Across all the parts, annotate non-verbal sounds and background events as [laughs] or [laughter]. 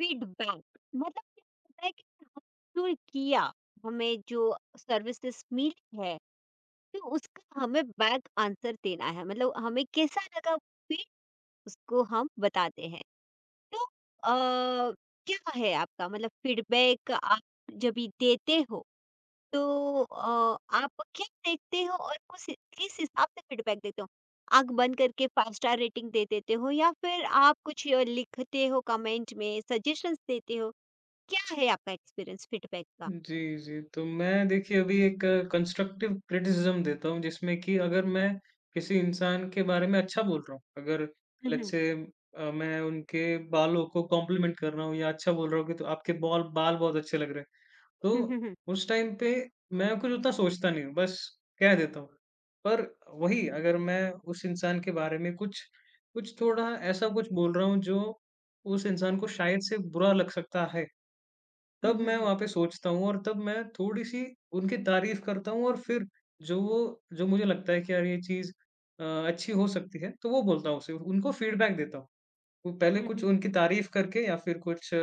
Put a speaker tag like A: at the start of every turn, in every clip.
A: Feedback मतलब क्या होता है कि हम जो किया हमें जो सर्विसेज मिली है तो उसका हमें बैक आंसर देना है। मतलब हमें कैसा लगा फिर उसको हम बताते हैं। तो आ, क्या है आपका मतलब फीडबैक आप जब भी देते हो तो आप क्या देखते हो और कुछ किस हिसाब से फीडबैक देते हो? आंख बंद करके फाइव स्टार रेटिंग दे देते हो या फिर आप कुछ लिखते हो कमेंट में, सजेशंस देते हो? क्या है आपका एक्सपीरियंस फीडबैक का?
B: जी, जी। तो मैं देखिए अभी एक कंस्ट्रक्टिव क्रिटिसिज़्म देता हूँ, जिसमें कि अगर मैं किसी इंसान के बारे में अच्छा बोल रहा हूँ, अगर
A: हुँ, हुँ।
B: लेट्स से, मैं उनके बालों को कॉम्प्लीमेंट कर रहा हूँ या अच्छा बोल रहा हूँ कि तो आपके बॉल बाल बहुत अच्छे लग रहे हैं।
A: हुँ,
B: तो
A: हुँ, हुँ।
B: उस टाइम पे मैं कुछ उतना सोचता नहीं हूँ, बस कह देता हूँ। पर वही अगर मैं उस इंसान के बारे में कुछ कुछ थोड़ा ऐसा कुछ बोल रहा हूँ, जो उस इंसान को शायद से बुरा लग सकता है,
A: हुँ,
B: तब
A: हुँ,
B: मैं
A: हुँ।
B: वहाँ पे सोचता हूँ और तब मैं थोड़ी-सी उनकी तारीफ़ करता हूँ, और फिर जो वो जो मुझे लगता है कि यार ये चीज़ अच्छी हो सकती है, तो वो बोलता हूँ उसे, उनको फीडबैक देता हूँ। वो पहले
A: हुँ,
B: कुछ
A: हुँ, हुँ।
B: उनकी तारीफ़ करके या फिर कुछ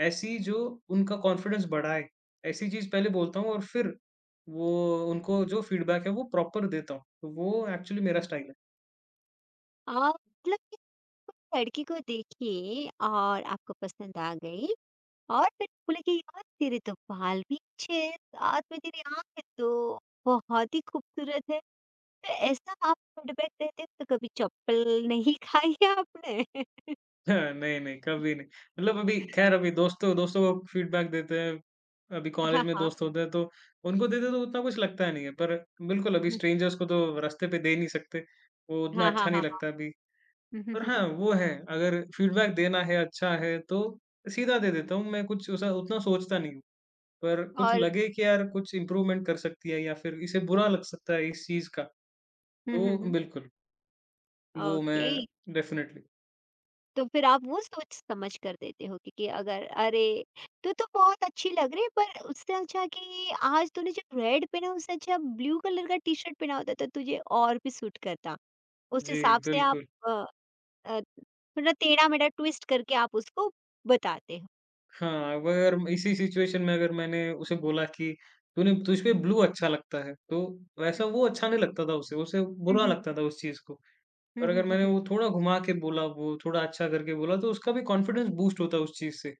B: ऐसी जो उनका कॉन्फिडेंस बढ़ाए, ऐसी चीज़ पहले बोलता हूँ और फिर वो उनको जो फीडबैक है वो प्रॉपर देता हूँ। तो वो एक्चुअली मेरा स्टाइल है।
A: मतलब कि कोई लड़की को देखिए और आपको पसंद आ गई, और फिर बोले कि यार तेरे तो बाल भी अच्छे हैं, साथ में तेरी आँखें तो बहुत ही खूबसूरत है। तो ऐसा आप फीडबैक देते हो तो कभी चप्पल नहीं [laughs] खाई है आपने? [laughs]
B: [laughs] हाँ, नहीं, नहीं, कभी नहीं। मतलब अभी ख़ैर अभी दोस्तों दोस्तों को फ़ीडबैक देते हैं, अभी कॉलेज
A: हाँ,
B: में
A: हाँ।
B: दोस्त होते हैं तो उनको देते तो उतना कुछ लगता नहीं है, पर बिल्कुल अभी
A: हुँ।
B: स्ट्रेंजर्स को तो रास्ते पे दे नहीं सकते, वो उतना
A: हाँ, हाँ,
B: अच्छा नहीं
A: हाँ, हाँ।
B: लगता अभी।
A: हुँ, हुँ,
B: और
A: हुँ, हुँ।
B: हाँ, वो है, अगर फ़ीडबैक देना है, अच्छा है तो सीधा दे देता हूँ, मैं कुछ उसा उतना सोचता नहीं हूँ। पर कुछ
A: और
B: लगे कि यार कुछ इम्प्रूवमेंट कर सकती है या फिर इसे बुरा लग सकता है इस चीज़ का,
A: हुँ, हुँ,
B: तो
A: हुँ।
B: बिल्कुल, वो
A: ओके।
B: मैं डेफ़िनेटली।
A: तो फिर आप वो सोच-समझ कर देते हो क्योंकि अगर अरे! तू तो बहुत अच्छी लग रही है पर उससे अच्छा कि आज तूने जो रेड पहना, उससे अच्छा ब्लू कलर का टी-शर्ट पहना होता तो तुझे और भी सूट करता। उस
B: जी,
A: हिसाब से आप
B: बिल्कुल।
A: अ अ, थोड़ा टेढ़ा-मेढ़ा ट्विस्ट करके आप उसको बताते हो।
B: हाँ, अगर इसी सिचुएशन में अगर मैंने उसे बोला कि तूने तुझपे ब्लू अच्छा लगता है, तो वैसा वो
A: [laughs]
B: अच्छा नहीं लगता था उसे
A: हुँ,
B: बुरा
A: हुँ।
B: लगता था उस चीज़ को।
A: हुँ,
B: और
A: हुँ, हुँ, हुँ,
B: अगर
A: हुँ, हुँ,
B: मैंने
A: हुँ।
B: वो थोड़ा घुमा के बोला, वो थोड़ा अच्छा करके बोला, तो उसका भी कॉन्फिडेंस बूस्ट होता है उस चीज़ से।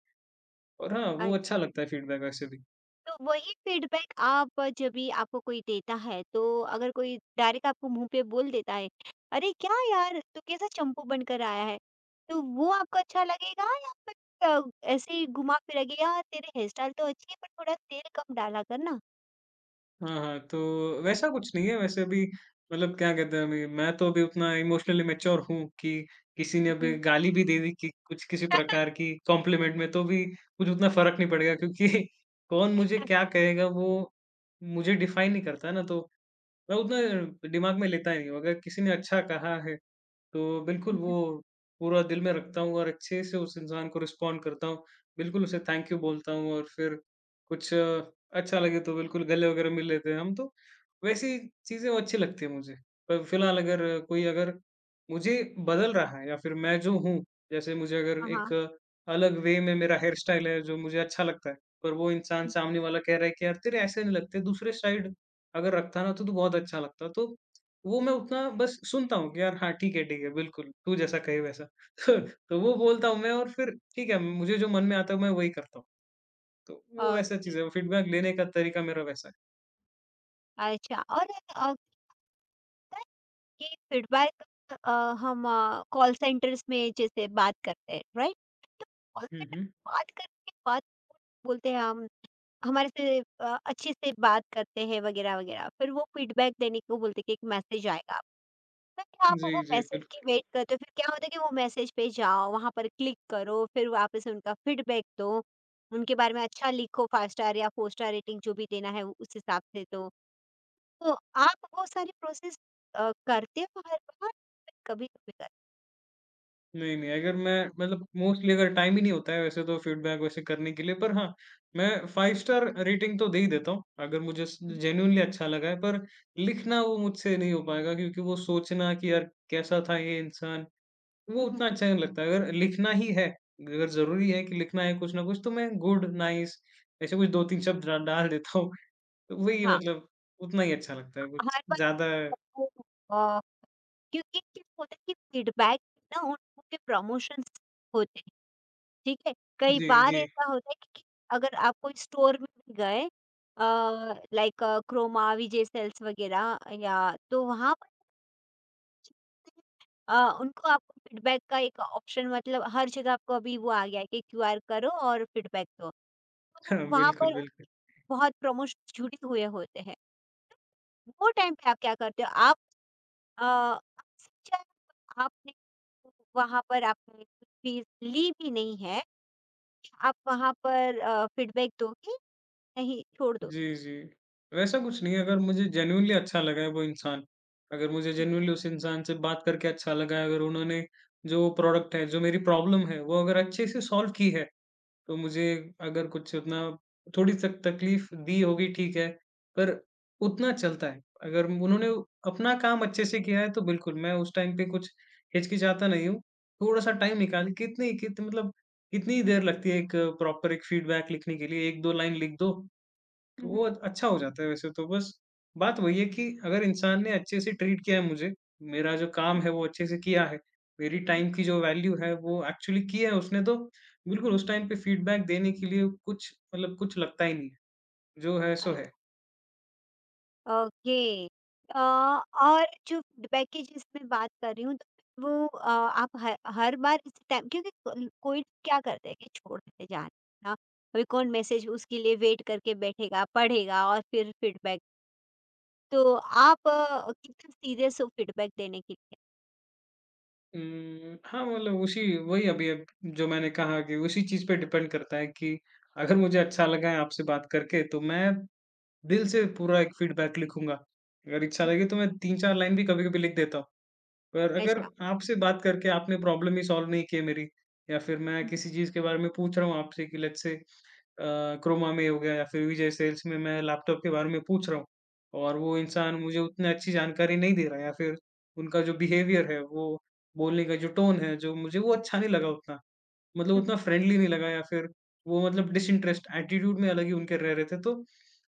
B: और हाँ, वो
A: अच्छा।
B: अच्छा लगता है फीडबैक वैसे भी।
A: तो वही फीडबैक आप जब भी आपको कोई देता है, तो अगर कोई डायरेक्ट आपको मुँह पे बोल देता है, "अरे क्या यार, तू कैसा चंपू बनकर आया है?" तो वो आपको अच्छा लगेगा, या फिर अ, ऐसे ही घुमा फिराके "यार, तेरे हेयर स्टाइल तो अच्छी है, पर थोड़ा तेल कम डाला कर ना।"
B: हाँ, हाँ, तो वैसा कुछ नहीं है वैसे अभी, मतलब क्या कहते हैं, अभी मैं तो अभी उतना इमोशनली मैच्योर हूँ कि किसी ने
A: [laughs] हाँ,
B: अभी
A: हाँ।
B: गाली भी दे दी कि कुछ किसी प्रकार की कॉम्प्लीमेंट में तो भी कुछ उतना फर्क नहीं पड़ेगा, क्योंकि [laughs] कौन मुझे क्या कहेगा वो मुझे डिफाइन नहीं करता ना, तो मैं उतना दिमाग में लेता ही नहीं हूँ। अगर किसी ने अच्छा कहा है तो बिल्कुल
A: हुँ,
B: वो
A: हुँ।
B: पूरा दिल में रखता हूँ और अच्छे से उस इंसान को रिस्पॉन्ड करता हूँ। बिल्कुल उसे थैंक यू बोलता हूँ और फिर कुछ अच्छा लगे तो बिल्कुल गले वगैरह मिल लेते हैं हम तो, वैसी चीज़ें वो अच्छी लगती है मुझे। पर फिलहाल अगर कोई अगर मुझे बदल रहा है या फिर मैं जो हूँ, जैसे मुझे अगर
A: हाँ,
B: एक अलग वे में मेरा हेयर स्टाइल है जो मुझे अच्छा लगता है, पर वो इंसान सामने वाला कह रहा है कि यार तेरे ऐसे नहीं लगते, दूसरे साइड अगर रखता ना तो तू बहुत अच्छा लगता। तो वो मैं उतना बस सुनता हूँ कि यार हाँ, ठीक है, बिल्कुल, तू जैसा कहे वैसा। [laughs] तो वो बोलता हूँ मैं और फिर ठीक है, मुझे जो मन में आता है मैं वही करता हूँ। तो वो
A: हाँ।
B: ऐसा
A: ओके,
B: चीज़ है, फीडबैक लेने का तरीका मेरा वैसा है।
A: अच्छा। और अ ये फीडबैक अ, हम कॉल सेंटर्स में जैसे बात करते हैं, राइट? तो कॉल
B: हुँ,
A: सेंटर
B: हुँ।
A: में बात करने के बाद बोलते हैं, हम हमारे से अच्छे से बात करते हैं वगैरह वगैरह, फिर वो फीडबैक देने को बोलते हैं कि एक मैसेज आएगा आपका। फिर आप
B: जी,
A: वो
B: जी,
A: मैसेज की
B: बिल्कुल।
A: वेट करते हो, फिर क्या होता है कि वो मैसेज पे जाओ, वहां पर क्लिक करो, फिर वापस उनका फीडबैक दो, उनके बारे में अच्छा लिखो, फाइव स्टार या फोर स्टार रेटिंग जो भी देना है वो उस हिसाब से दो। तो आप वो सारी प्रोसेस करते हो हर बार? कभी-कभी कर
B: नहीं, नहीं, अगर मैं मतलब मोस्टली अगर टाइम ही नहीं होता है वैसे तो फीडबैक वैसे करने के लिए, पर हाँ, मैं 5 स्टार रेटिंग तो दे ही देता हूँ, अगर मुझे स
A: हुँ,
B: जेन्युइनली अच्छा लगा है, पर लिखना वो मुझसे नहीं हो पाएगा, क्योंकि वो सोचना कि यार कैसा था ये इंसान? वो
A: हुँ, हुँ,
B: उतना अच्छा नहीं लगता है। अगर लिखना ही है, अगर ज़रूरी है कि लिखना है कुछ ना कुछ, तो मैं गुड, नाइस ऐसे कुछ 2-3 शब्द डा डाल देता हूँ। तो वही
A: हाँ,
B: मतलब उतना ही अच्छा लगता है, कुछ
A: हर बार
B: ज़्यादा।
A: आपको अ, क्योंकि क्या होता है कि फीडबैक ना, उन लोगों के प्रमोशंस होते हैं, ठीक है? कई
B: जी,
A: बार
B: जी।
A: ऐसा होता है कि अगर आप कोई स्टोर में भी गए लाइक क्रोमा, विजय सेल्स वगैरह, या तो वहाँ पर अ, उनको आपको फीडबैक का एक ऑप्शन, मतलब हर जगह आपको अभी वो आ गया है कि क्यूआर करो और फीडबैक दो। तो
B: हाँ,
A: वहाँ
B: बिल्कुल,
A: पर
B: बिल्कुल।
A: उनके बहुत प्रमोशंस जुड़े हुए होते हैं। वो टाइम पे आप क्या करते हो? आप आप सोचा है, आपने वहाँ पर आपने कुछ फीस ली भी नहीं है। आप वहाँ पर फीडबैक दोगे? नहीं, छोड़ दो?
B: जी, जी। वैसा कुछ नहीं है, अगर मुझे जेन्युइनली अच्छा लगा है वो इंसान, अगर मुझे
A: हुँ।
B: जेन्युइनली उस इंसान से बात करके अच्छा लगा है, अगर उन्होंने जो प्रोडक्ट है, जो मेरी प्रॉब्लम है, वो अगर अच्छे से सॉल्व की है, तो मुझे अगर कुछ उतना थोड़ी-सक तकलीफ़ दी होगी, ठीक है, पर उतना चलता है। अगर उन्होंने अपना काम अच्छे से किया है तो बिल्कुल मैं उस टाइम पे कुछ हिचकिचाता नहीं हूँ। थोड़ा-सा टाइम निकाल, कितनी कित मतलब कितनी देर लगती है एक प्रॉपर एक फ़ीडबैक लिखने के लिए, 1-2 लाइन लिख दो तो
A: हुँ, हुँ,
B: वो अच्छा हो जाता है वैसे, तो बस बात वही है कि अगर इंसान ने अच्छे से ट्रीट किया है मुझे, मेरा जो
A: हुँ,
B: काम है वो अच्छे से किया है, मेरी
A: हुँ।
B: टाइम की जो वैल्यू है वो एक्चुअली की है उसने, तो बिल्कुल उस टाइम पे फीडबैक देने के लिए कुछ मतलब कुछ लगता ही नहीं है। जो है
A: अ
B: सो है।
A: ओके। अ, और जो पैकेजेज़ में बात कर रही हूँ तो वो आप हर हर बार इस टाइम क्योंकि कोल कोई क्या करता है कि छोड़ देते जा ना, अभी कौन मैसेज उसके लिए वेट करके बैठेगा, पढ़ेगा और फिर फीडबैक। तो आप कितना सीरियस हो फीडबैक देने के लिए?
B: हाँ, मतलब उसी वही अभी अब जो मैंने कहा कि उसी चीज़ पे डिपेंड करता है कि अगर मुझे अच्छा लगा है आपसे बात करके तो मैं दिल से पूरा एक फीडबैक लिखूँगा। अगर इच्छा
A: हुँ,
B: लगी तो मैं 3-4 लाइन भी कभी-कभी लिख देता हूँ। पर
A: अच्छा।
B: अगर आपसे बात करके आपने प्रॉब्लम ही सॉल्व नहीं की है मेरी, या फिर मैं
A: हुँ, हुँ,
B: किसी चीज़ के बारे में पूछ रहा हूँ आपसे कि लेट्स से क्रोमा में हो गया या फिर विजय सेल्स में मैं लैपटॉप के बारे में पूछ रहा हूँ, और वो इंसान मुझे उतनी अच्छी जानकारी नहीं दे रहा है, या फिर उनका जो बिहेवियर है, वो बोलने का जो टोन है, जो मुझे वो अच्छा नहीं लगा उतना, मतलब
A: हुँ, हुँ।
B: उतना फ्रेंडली नहीं लगा, या फिर वो मतलब डिसइंटरेस्ट एटीट्यूड में अलग ही उनके रह रहे थे। तो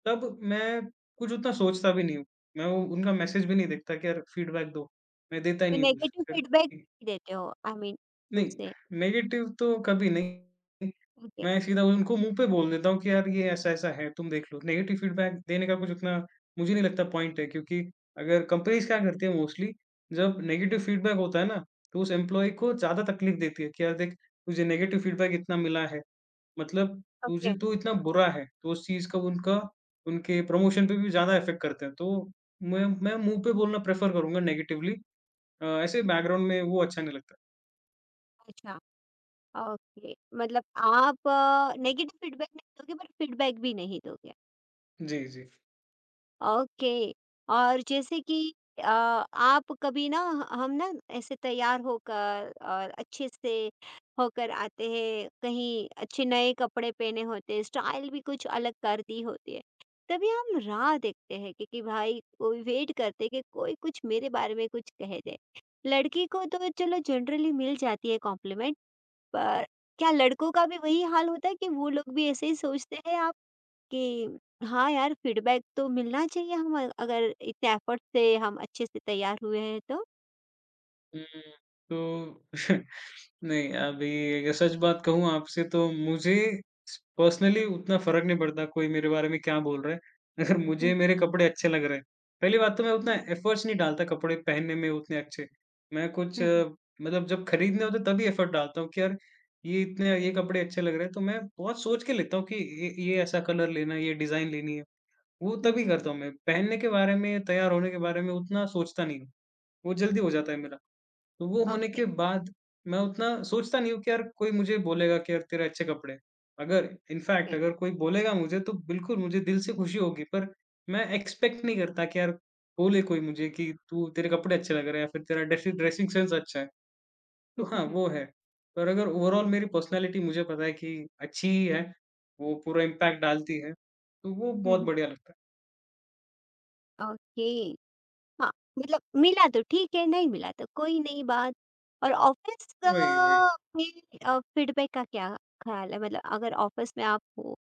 B: तब मैं कुछ उतना सोचता भी नहीं हूँ। मैं वो उनका मैसेज भी नहीं देखता कि यार फीडबैक दो, मैं देता ही
A: तो
B: नहीं हूँ कुछ।
A: नेगेटिव
B: फिर
A: फीडबैक देते हो, आई मीन
B: नहीं,
A: दूसरे।
B: नेगेटिव तो कभी नहीं।
A: ओके,
B: मैं सीधा उनको मुँह पे बोल देता हूँ कि यार ये ऐसा-ऐसा है, तुम देख लो। नेगेटिव फीडबैक देने का कुछ उतना मुझे नहीं लगता पॉइंट है, क्योंकि अगर कंपनीज़ क्या करती है मोस्टली, जब नेगेटिव फीडबैक होता है ना, तो उस एम्प्लॉयी को ज़्यादा तकलीफ देती है कि यार देख, तुझे नेगेटिव फीडबैक इतना मिला है, मतलब
A: ओके।
B: तुझे तो इतना बुरा है। तो उस चीज़ का उनका उनके प्रमोशन पे भी ज़्यादा इफ़ेक्ट करता है। तो मैं मैं मुँह पे बोलना प्रेफ़र करूँगा नेगेटिवली। ऐसे बैकग्राउंड में वो अच्छा नहीं लगता।
A: अच्छा, ओके। मतलब आप नेगेटिव फीडबैक नहीं दोगे पर फीडबैक भी नहीं दोगे।
B: जी, जी।
A: ओके। और जैसे कि आप कभी ना, हम ना ऐसे तैयार होकर और अच्छे से होकर आते हैं, कहीं अच्छे नए कपड़े पहने होते हैं, स्टाइल भी कुछ अलग कर दी होती है। तभी हम राह देखते हैं कि भाई, कोई वेट करते हैं कि कोई कुछ मेरे बारे में कुछ कह दे। लड़की को तो चलो जनरली मिल जाती है कॉम्प्लीमेंट, पर क्या लड़कों का भी वही हाल होता है कि वो लोग भी ऐसे ही सोचते हैं आप? कि हाँ यार, फीडबैक तो मिलना चाहिए हम, अगर इतने एफर्ट से हम अच्छे से तैयार हुए हैं तो?
B: हुँ, तो [laughs] नहीं, अभी अगर सच बात कहूँ आपसे तो मुझे पर्सनली उतना फ़र्क नहीं पड़ता कोई मेरे बारे में क्या बोल रहा है। [laughs] अगर
A: हुँ,
B: मुझे
A: हुँ,
B: मेरे कपड़े अच्छे लग रहे हैं, पहली बात तो मैं
A: हुँ,
B: उतना एफ़र्ट्स नहीं डालता कपड़े पहनने में उतने अच्छे। मैं कुछ
A: हुँ, हुँ,
B: मतलब जब खरीदने होते हैं तभी एफ़र्ट डालता हूँ कि यार ये कपड़े अच्छे लग रहे हैं, तो मैं बहुत सोच के लेता हूँ कि ये ऐसा कलर लेना है, ये डिज़ाइन लेनी है, वो
A: हुँ,
B: तभी
A: हुँ।
B: करता हूँ मैं। पहनने के बारे में, तैयार होने के बारे में उतना सोचता नहीं हूँ, वो जल्दी हो जाता है मेरा। तो वो होने
A: ओके,
B: के बाद मैं उतना सोचता नहीं हूँ कि यार कोई मुझे बोलेगा कि यार तेरे अच्छे कपड़े हैं। अगर
A: ओके।
B: इनफैक्ट अगर कोई बोलेगा मुझे तो बिल्कुल मुझे दिल से खुशी होगी, पर मैं एक्सपेक्ट नहीं करता कि यार बोले कोई मुझे कि तू तेरे कपड़े अच्छे लग रहे हैं या फिर तेरा ड्रेसिंग ड्रेसिंग सेंस अच्छा है, तो
A: हुँ, हुँ,
B: हाँ
A: हुँ,
B: वो है, पर अगर ओवरऑल मेरी पर्सनैलिटी मुझे पता है कि अच्छी ही है, वो पूरा इम्पैक्ट डालती है तो वो
A: हुँ,
B: बहुत
A: हुँ।
B: बढ़िया लगता
A: ओके। हाँ, मतलब मिला तो ठीक है, नहीं मिला तो कोई नहीं बात। और ऑफ़िस
B: है, वही वही।
A: में फ़ीडबैक का क्या ख़्याल है? मतलब अगर ऑफ़िस में आप हो,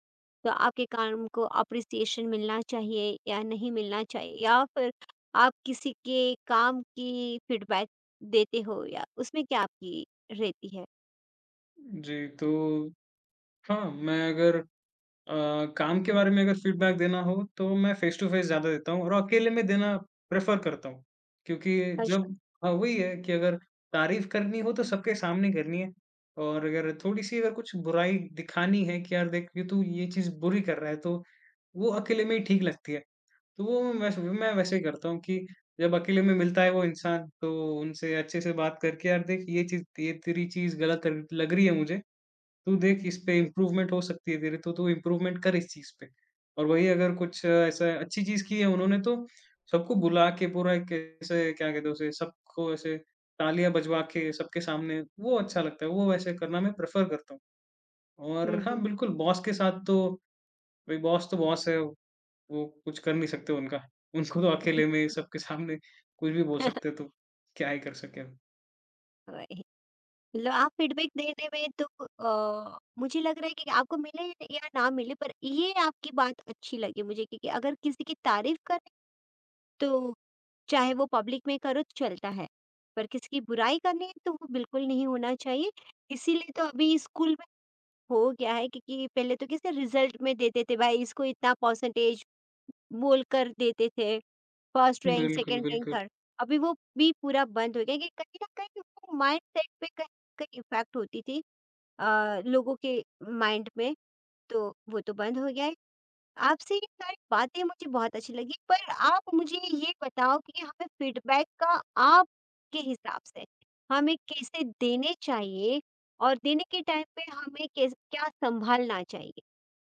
A: तो आपके काम को अप्रिसिएशन मिलना चाहिए या नहीं मिलना चाहिए? या फिर आप किसी के काम की फ़ीडबैक देते हो, या उसमें क्या आपकी रहती है?
B: जी, तो हाँ, मैं अगर अ, काम के बारे में अगर फीडबैक देना हो तो मैं फेस टू फेस ज़्यादा देता हूँ और अकेले में देना प्रेफ़र करता हूँ। क्योंकि
A: अच्छा।
B: जब हाँ, वही है कि अगर तारीफ़ करनी हो तो सबके सामने करनी है, और अगर थोड़ी-सी अगर कुछ बुराई दिखानी है कि यार देख ये चीज़ बुरी कर रहा है, तो वो अकेले में ही ठीक लगती है। तो वो वैस मैं वैसे ही करता हूँ कि जब अकेले में मिलता है वो इंसान, तो उनसे अच्छे से बात करके, यार देख ये तेरी चीज़ गलत लग लग रही है मुझे, तू देख इस पे इम्प्रूवमेंट हो सकती है तेरी, तो तू इम्प्रूवमेंट कर इस चीज़ पे। और वही अगर कुछ ऐसा अच्छी चीज़ की है उन्होंने तो सबको बुला के पूरा एक, ऐसे क्या कहते हैं उसे, सबको ऐसे तालियाँ बजवा के सबके सामने, वो अच्छा लगता है, वो वैसे करना मैं प्रेफ़र करता हूँ।
A: हुँ,
B: और
A: हुँ।
B: हाँ, बिल्कुल बॉस के साथ तो भई बॉस तो बॉस है, वो कुछ कर नहीं सकते उनका। उनको तो अकेले में सबके सामने कुछ भी बोल सकते हैं,
A: [laughs]
B: तो क्या ही कर सके हम।
A: वही। मतलब आप फीडबैक देने में तो मुझे लग रहा है कि आपको मिले या ना मिले, पर ये आपकी बात अच्छी लगी मुझे कि अगर किसी की तारीफ करें तो चाहे वो पब्लिक में करो तो चलता है। पर किसी की बुराई करनी है तो वो बिल्कुल नहीं होना चाहिए। इसीलिए तो अभी स्कूल हो गया है, क्योंकि पहले तो कैसे रिजल्ट में देते थे भाई, इसको इतना परसेंटेज बोल कर देते थे, फर्स्ट रैंक,
B: बिल्कुल,
A: सेकंड रैंक,
B: बिल्कुल।
A: थर्ड। अभी वो भी पूरा बंद हो गया कि कहीं ना कहीं वो माइंड सेट पे कहीं कहीं इफेक्ट होती थी लोगों के माइंड में। तो वो तो बंद हो गया है। आपसे ये सारी बातें मुझे बहुत अच्छी लगी, पर आप मुझे ये बताओ कि हमें फीडबैक का आपके हिसाब से हमें कैसे देने चाहिए, और देने के टाइम पे हमें कैस क्या सँभालना चाहिए?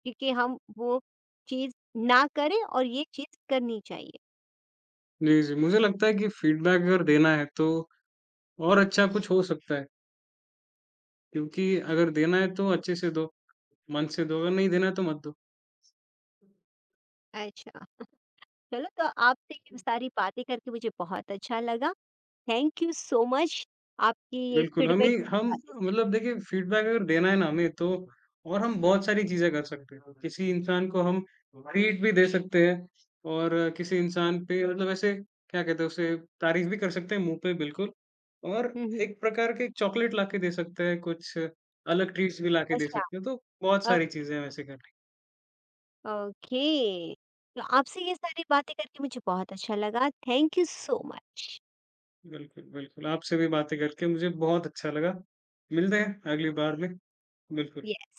A: क्योंकि हम वो चीज़ ना करें और ये चीज़ करनी चाहिए।
B: जी, जी, मुझे लगता है कि फीडबैक अगर देना है तो और अच्छा कुछ हो सकता है, क्योंकि अगर देना है तो अच्छे से दो, मन से दो, अगर नहीं देना है तो मत दो।
A: अच्छा, चलो, तो आपसे ये सारी बातें करके मुझे बहुत अच्छा लगा। थैंक यू सो मच आपकी ये
B: बिल्कुल, हम
A: फीडबैक
B: ही हम
A: बातें से।
B: मतलब देखिए फीडबैक अगर देना है ना हमें तो, और हम बहुत सारी चीज़ें कर सकते हैं। किसी इंसान को हम ट्रीट भी दे सकते हैं, और किसी इंसान पे मतलब ऐसे क्या कहते हैं उसे, तारीफ भी कर सकते हैं मुँह पे बिल्कुल, और
A: हुँ, हुँ।
B: एक प्रकार के चॉकलेट लाके दे सकते हैं, कुछ अलग ट्रीट्स भी लाके दे
A: अच्छा,
B: सकते हैं, तो बहुत सारी
A: ओके।
B: चीज़ें हम ऐसे कर।
A: ओके। तो आपसे ये सारी बातें करके मुझे बहुत अच्छा लगा। Thank you so much.
B: बिल्कुल, बिल्कुल, आपसे भी बातें करके मुझे बहुत अच्छा लगा। मिलते हैं अगली बार में, बिल्कुल।
A: ये